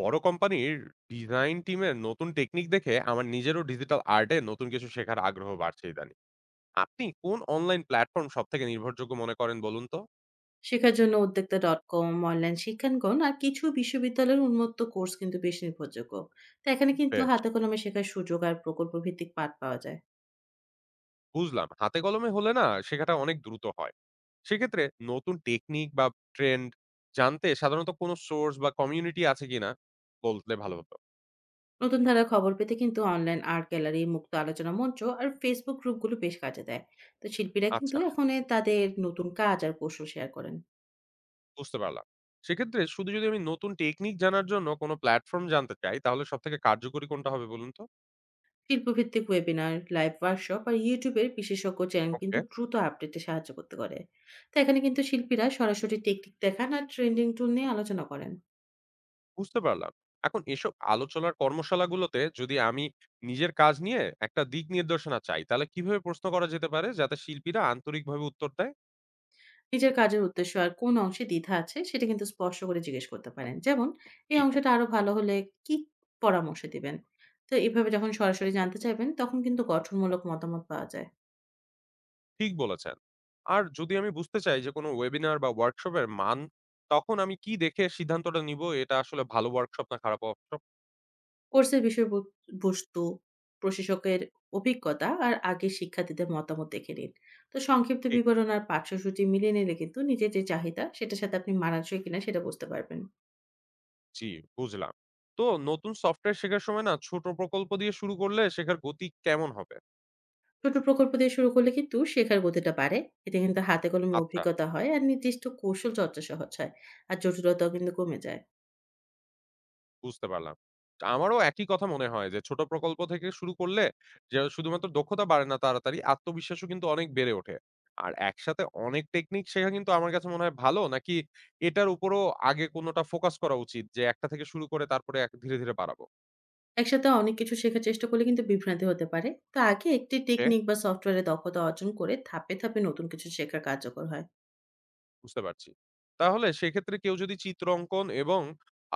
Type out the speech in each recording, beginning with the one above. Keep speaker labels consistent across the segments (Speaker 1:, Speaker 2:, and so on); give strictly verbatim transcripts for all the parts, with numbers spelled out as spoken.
Speaker 1: বড় কোম্পানির ডিজাইন টিমের নতুন টেকনিক দেখে আমার নিজেরও ডিজিটাল আর্টে নতুন কিছু শেখার আগ্রহ বাড়ছে ইদানিং। আপনি কোন অনলাইন প্ল্যাটফর্ম সব থেকে নির্ভরযোগ্য মনে করেন বলুন তো?
Speaker 2: শেখার জন্য উদ্যোক্তা ডট কম অনলাইন শিক্ষাঙ্গন আর কিছু বিশ্ববিদ্যালয়ের উন্মুক্ত কোর্স কিন্তু বেশ নির্ভরযোগ্য। তো এখানে কিন্তু
Speaker 1: বেশ,
Speaker 2: হাতে কলমে শেখার সুযোগ আর প্রকল্প ভিত্তিক পাঠ পাওয়া যায়।
Speaker 1: বুঝলাম। হাতে কলমে হলে না শেখাটা অনেক দ্রুত হয়। সেক্ষেত্রে নতুন টেকনিক বা ট্রেন্ড জানতে সাধারণত কোনো সোর্স বা কমিউনিটি আছে কিনা বলতে ভালো হতো।
Speaker 2: নতুন ধারার খবর পেতে কিন্তু অনলাইন আর্ট গ্যালারি মুক্ত আলোচনা মঞ্চ আর ফেসবুক গ্রুপগুলো বেশ কাজে দেয়। তো শিল্পীরা কিন্তু
Speaker 1: আচ্ছা,
Speaker 2: এখন এ তাদের নতুন কাজ আর কৌশল শেয়ার করেন।
Speaker 1: বুঝতে পারলাম। সেক্ষেত্রে শুধু যদি আমি নতুন টেকনিক জানার জন্য কোনো প্ল্যাটফর্ম জানতে চাই তাহলে সব থেকে কার্যকরী কোনটা হবে বলুন তো?
Speaker 2: শিল্পভিত্তিক ওয়েবিনার লাইভ ওয়ার্কশপ আর ইউটিউবের বিশেষজ্ঞ চ্যানেল
Speaker 1: ওকে,
Speaker 2: কিন্তু দ্রুত আপডেটে সাহায্য করতে পারে। তো এখানে কিন্তু শিল্পীরা সরাসরি টেকনিক দেখান আর ট্রেন্ডিং টুল নিয়ে আলোচনা করেন।
Speaker 1: বুঝতে পারলাম। এখন এসব আলোচনার কর্মশালাগুলোতে যদি আমি নিজের কাজ নিয়ে একটা দিক নির্দেশনা চাই, তাহলে কিভাবে প্রশ্ন করা যেতে পারে যাতে শিল্পীরা আন্তরিকভাবে উত্তর দেয়?
Speaker 2: নিজের কাজের উদ্দেশ্য আর কোন অংশে দ্বিধা আছে সেটা কিন্তু স্পষ্ট করে জিজ্ঞেস করতে পারেন। যেমন, "এই
Speaker 1: জি,
Speaker 2: অংশটা আরো ভালো হলে কি পরামর্শ দিবেন?" তো এভাবে যখন সরাসরি জানতে চাইবেন, তখন কিন্তু গঠনমূলক মতামত পাওয়া যায়।
Speaker 1: ঠিক বলেছেন। আর যদি আমি বুঝতে চাই যে কোনো ওয়েবিনার বা ওয়ার্কশপের মান, তখন আমি কি দেখে সিদ্ধান্তটা নিব এটা আসলে ভালো ওয়ার্কশপ না খারাপ ওয়ার্কশপ?
Speaker 2: কোর্সের বিষয়বু বস্তু, প্রশাসকের অভিজ্ঞতা আর আগের শিক্ষার্থীদের মতামত দেখে নিন। তো সংক্ষিপ্ত
Speaker 1: ঠিক,
Speaker 2: বিবরণ আর পাঠ্যসূচি মিলিয়ে নিলে কিন্তু নিজের যে চাহিদা, সেটার সাথে আপনি মানানসই কিনা সেটা বুঝতে পারবেন।
Speaker 1: জি, বুঝলাম। তো নতুন সফটওয়্যার শেখার সময় না ছোট প্রকল্প দিয়ে শুরু করলে শেখার গতি কেমন হবে?
Speaker 2: ছোট প্রকল্প দিয়ে শুরু করলে কিন্তু শেখার গতিটা বাড়ে। এতে কিন্তু হাতে কলমে
Speaker 1: আচ্ছা,
Speaker 2: অভিজ্ঞতা হয় আর নির্দিষ্ট কৌশল চর্চা সহজ হয়। আর জটিলতাও কিন্তু কমে যায়।
Speaker 1: বুঝতে পারলাম। তো আমারও একই কথা মনে হয় যে ছোট প্রকল্প থেকে শুরু করলে যে শুধুমাত্র দক্ষতা বাড়ে না তাড়াতাড়ি, আত্মবিশ্বাসও কিন্তু অনেক বেড়ে ওঠে। আর একসাথে অনেক টেকনিক শেখা কিন্তু আমার কাছে মনে হয় ভালো নাকি এটার উপরও আগে কোনটা ফোকাস করা উচিত যে একটা থেকে শুরু করে তারপরে এক ধীরে, ধীরে বাড়াবো?
Speaker 2: একসাথে অনেক কিছু শেখার চেষ্টা করলে কিন্তু বিভ্রান্তি হতে পারে। তো আগে একটি
Speaker 1: ওকে,
Speaker 2: টেকনিক বা সফটওয়্যারে দক্ষতা অর্জন করে ধাপে ধাপে নতুন কিছু শেখা কার্যকর হয়।
Speaker 1: বুঝতে পারছি। তাহলে সেক্ষেত্রে কেউ যদি চিত্রাঙ্কন এবং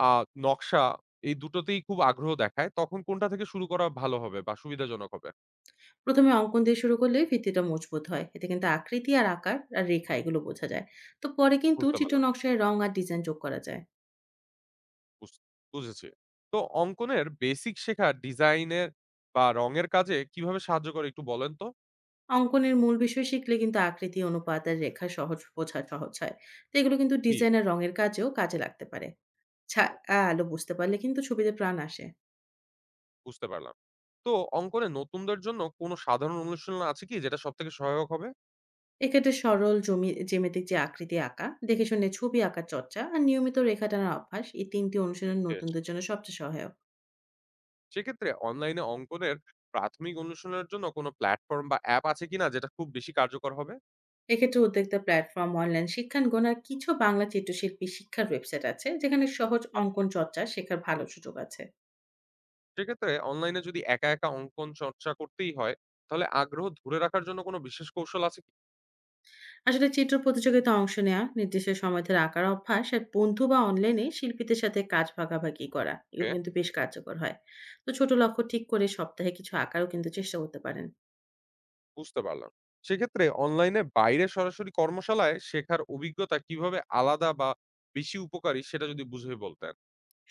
Speaker 1: আ নকশা এই দুটোতেই খুব আগ্রহ দেখায় তখন কোনটা থেকে শুরু করা ভালো হবে বা সুবিধাজনক হবে?
Speaker 2: প্রথমে অঙ্কন দিয়ে শুরু করলে ভিত্তিটা মজবুত হয়, এতে কিন্তু আকৃতি আর আকার আর রেখা এগুলো বোঝা যায়। তো পরে কিন্তু
Speaker 1: বুঝতে
Speaker 2: চিত্র
Speaker 1: পারলাম।
Speaker 2: নকশায় রং আর ডিজাইন যোগ করা যায়।
Speaker 1: বুঝ বুঝেছি। তো অঙ্কনের বেসিক শেখা ডিজাইনের বা রঙের কাজে কিভাবে সাহায্য করে একটু বলেন তো?
Speaker 2: অঙ্কনের মূল বিষয় শিখলে কিন্তু আকৃতি, অনুপাত আর রেখা সহজ বোঝা সহজ হয়। তো এগুলো কিন্তু
Speaker 1: জি।
Speaker 2: ডিজাইন আর রঙের কাজেও কাজে লাগতে পারে। ছায়া আলো বুঝতে পারলে কিন্তু ছবিতে প্রাণ আসে।
Speaker 1: বুঝতে পারলাম। তো অঙ্কনে নতুনদের জন্য কোনো সাধারণ অনুশীলন আছে কি যেটা সবথেকে সহায়ক হবে?
Speaker 2: এক্ষেত্রে সরল জমি জ্যামিতিক যে আকৃতি আঁকা, দেখে শুনে ছবি আঁকার চর্চা আর নিয়মিত রেখা টানার অভ্যাস এই তিনটি অনুশীলন
Speaker 1: বেশ।
Speaker 2: নতুনদের জন্য সবচেয়ে সহায়ক।
Speaker 1: সেক্ষেত্রে অনলাইনে অঙ্কনের প্রাথমিক অনুশীলনের জন্য কোনো প্ল্যাটফর্ম বা অ্যাপ আছে কিনা যেটা খুব বেশি কার্যকর হবে?
Speaker 2: এক্ষেত্রে উদ্যোক্তা প্ল্যাটফর্ম, অনলাইন শিক্ষাঙ্গন আর কিছু বাংলা চিত্রশিল্পী শিক্ষার ওয়েবসাইট আছে যেখানে সহজ
Speaker 1: আ
Speaker 2: অঙ্কন চর্চা শেখার ভালো সুযোগ আছে।
Speaker 1: সেক্ষেত্রে অনলাইনে যদি একা, একা অঙ্কন চর্চা করতেই হয়, তাহলে আগ্রহ ধরে রাখার জন্য কোনো বিশেষ কৌশল আছে
Speaker 2: আসলে চিত্র প্রতিযোগিতায় অংশ নেওয়া নির্দিষ্ট সমাধির আঁকার অভ্যাস আর বন্ধু বা অনলাইনে শিল্পীদের সাথে কাজ ভাগাভাগি করা এগুলো
Speaker 1: কি?
Speaker 2: কিন্তু বেশ কার্যকর হয়। তো ছোট লক্ষ্য ঠিক করে সপ্তাহে কিছু আঁকারও কিন্তু চেষ্টা করতে পারেন।
Speaker 1: বুঝতে পারলাম। সেক্ষেত্রে অনলাইনে বাইরে সরাসরি কর্মশালায় শেখার অভিজ্ঞতা কিভাবে আলাদা বা বেশি উপকারী সেটা যদি বুঝিয়ে বলতেন।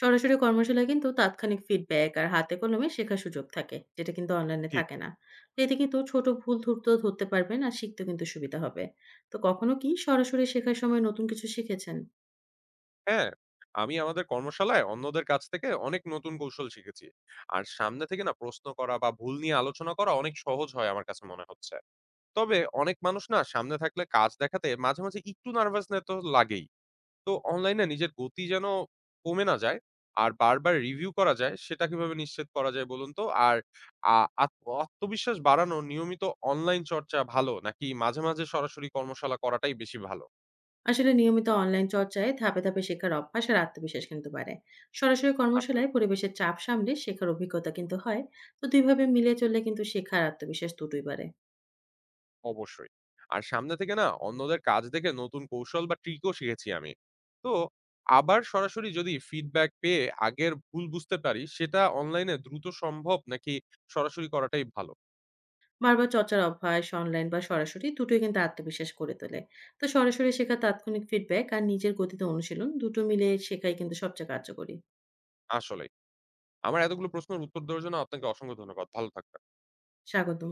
Speaker 2: সরাসরি কর্মশালায় কিন্তু তাৎক্ষণিক ফিডব্যাক আর হাতে কলমে শেখার সুযোগ থাকে, যেটা কিন্তু অনলাইনে
Speaker 1: ঠিক।
Speaker 2: থাকে না। তো এতে কিন্তু ছোট ভুল ধরতেও ধরতে পারবেন আর শিখতে কিন্তু সুবিধা হবে। তো কখনো কি সরাসরি শেখার সময় নতুন কিছু শিখেছেন?
Speaker 1: হ্যাঁ, আমি আমাদের কর্মশালায় অন্যদের কাছ থেকে অনেক নতুন কৌশল শিখেছি। আর সামনে থেকে না প্রশ্ন করা বা ভুল নিয়ে আলোচনা করা অনেক সহজ হয় আমার কাছে মনে হচ্ছে। তবে অনেক মানুষ না সামনে থাকলে কাজ দেখাতে মাঝে, মাঝে একটু নার্ভাসনেস তো লাগেই। তো অনলাইনে নিজের গতি যেন কমে না যায় আর বারবার রিভিউ করা যায় সেটা কিভাবে নিশ্চিত করা যায় বলুন তো? আর আ আত্ম আত্মবিশ্বাস বাড়ানো নিয়মিত অনলাইন চর্চা ভালো নাকি মাঝে, মাঝে সরাসরি কর্মশালা করাটাই বেশি ভালো?
Speaker 2: আসলে নিয়মিত অনলাইন চর্চায় ধাপে ধাপে শেখার অভ্যাস আর আত্মবিশ্বাস কিন্তু বাড়ে। সরাসরি
Speaker 1: আসলেই?
Speaker 2: কর্মশালায় পরিবেশের চাপ সামলে শেখার অভিজ্ঞতা কিন্তু হয়। তো দুইভাবে মিলিয়ে চললে কিন্তু শেখার আত্মবিশ্বাস দুটোই বাড়ে।
Speaker 1: অবশ্যই। আর সামনে থেকে না অন্যদের কাজ দেখে নতুন কৌশল বা ট্রিকও শিখেছি আমি। তো আবার সরাসরি যদি ফিডব্যাক পেয়ে আগের ভুল বুঝতে পারি সেটা অনলাইনে দ্রুত সম্ভব নাকি সরাসরি করাটাই ভালো?
Speaker 2: বারবার চর্চার অভ্যাস অনলাইন বা সরাসরি দুটোই কিন্তু আত্মবিশ্বাস করে তোলে। তো সরাসরি শেখা, তাৎক্ষণিক ফিডব্যাক আর নিজের গতিতে অনুশীলন দুটো মিলে শেখাই কিন্তু সবচেয়ে কার্যকরী।
Speaker 1: আসলেই। আমার এতগুলো প্রশ্নের উত্তর দেওয়ার জন্য আপনাকে অসংখ্য ধন্যবাদ। ভালো থাকবেন।
Speaker 2: স্বাগতম।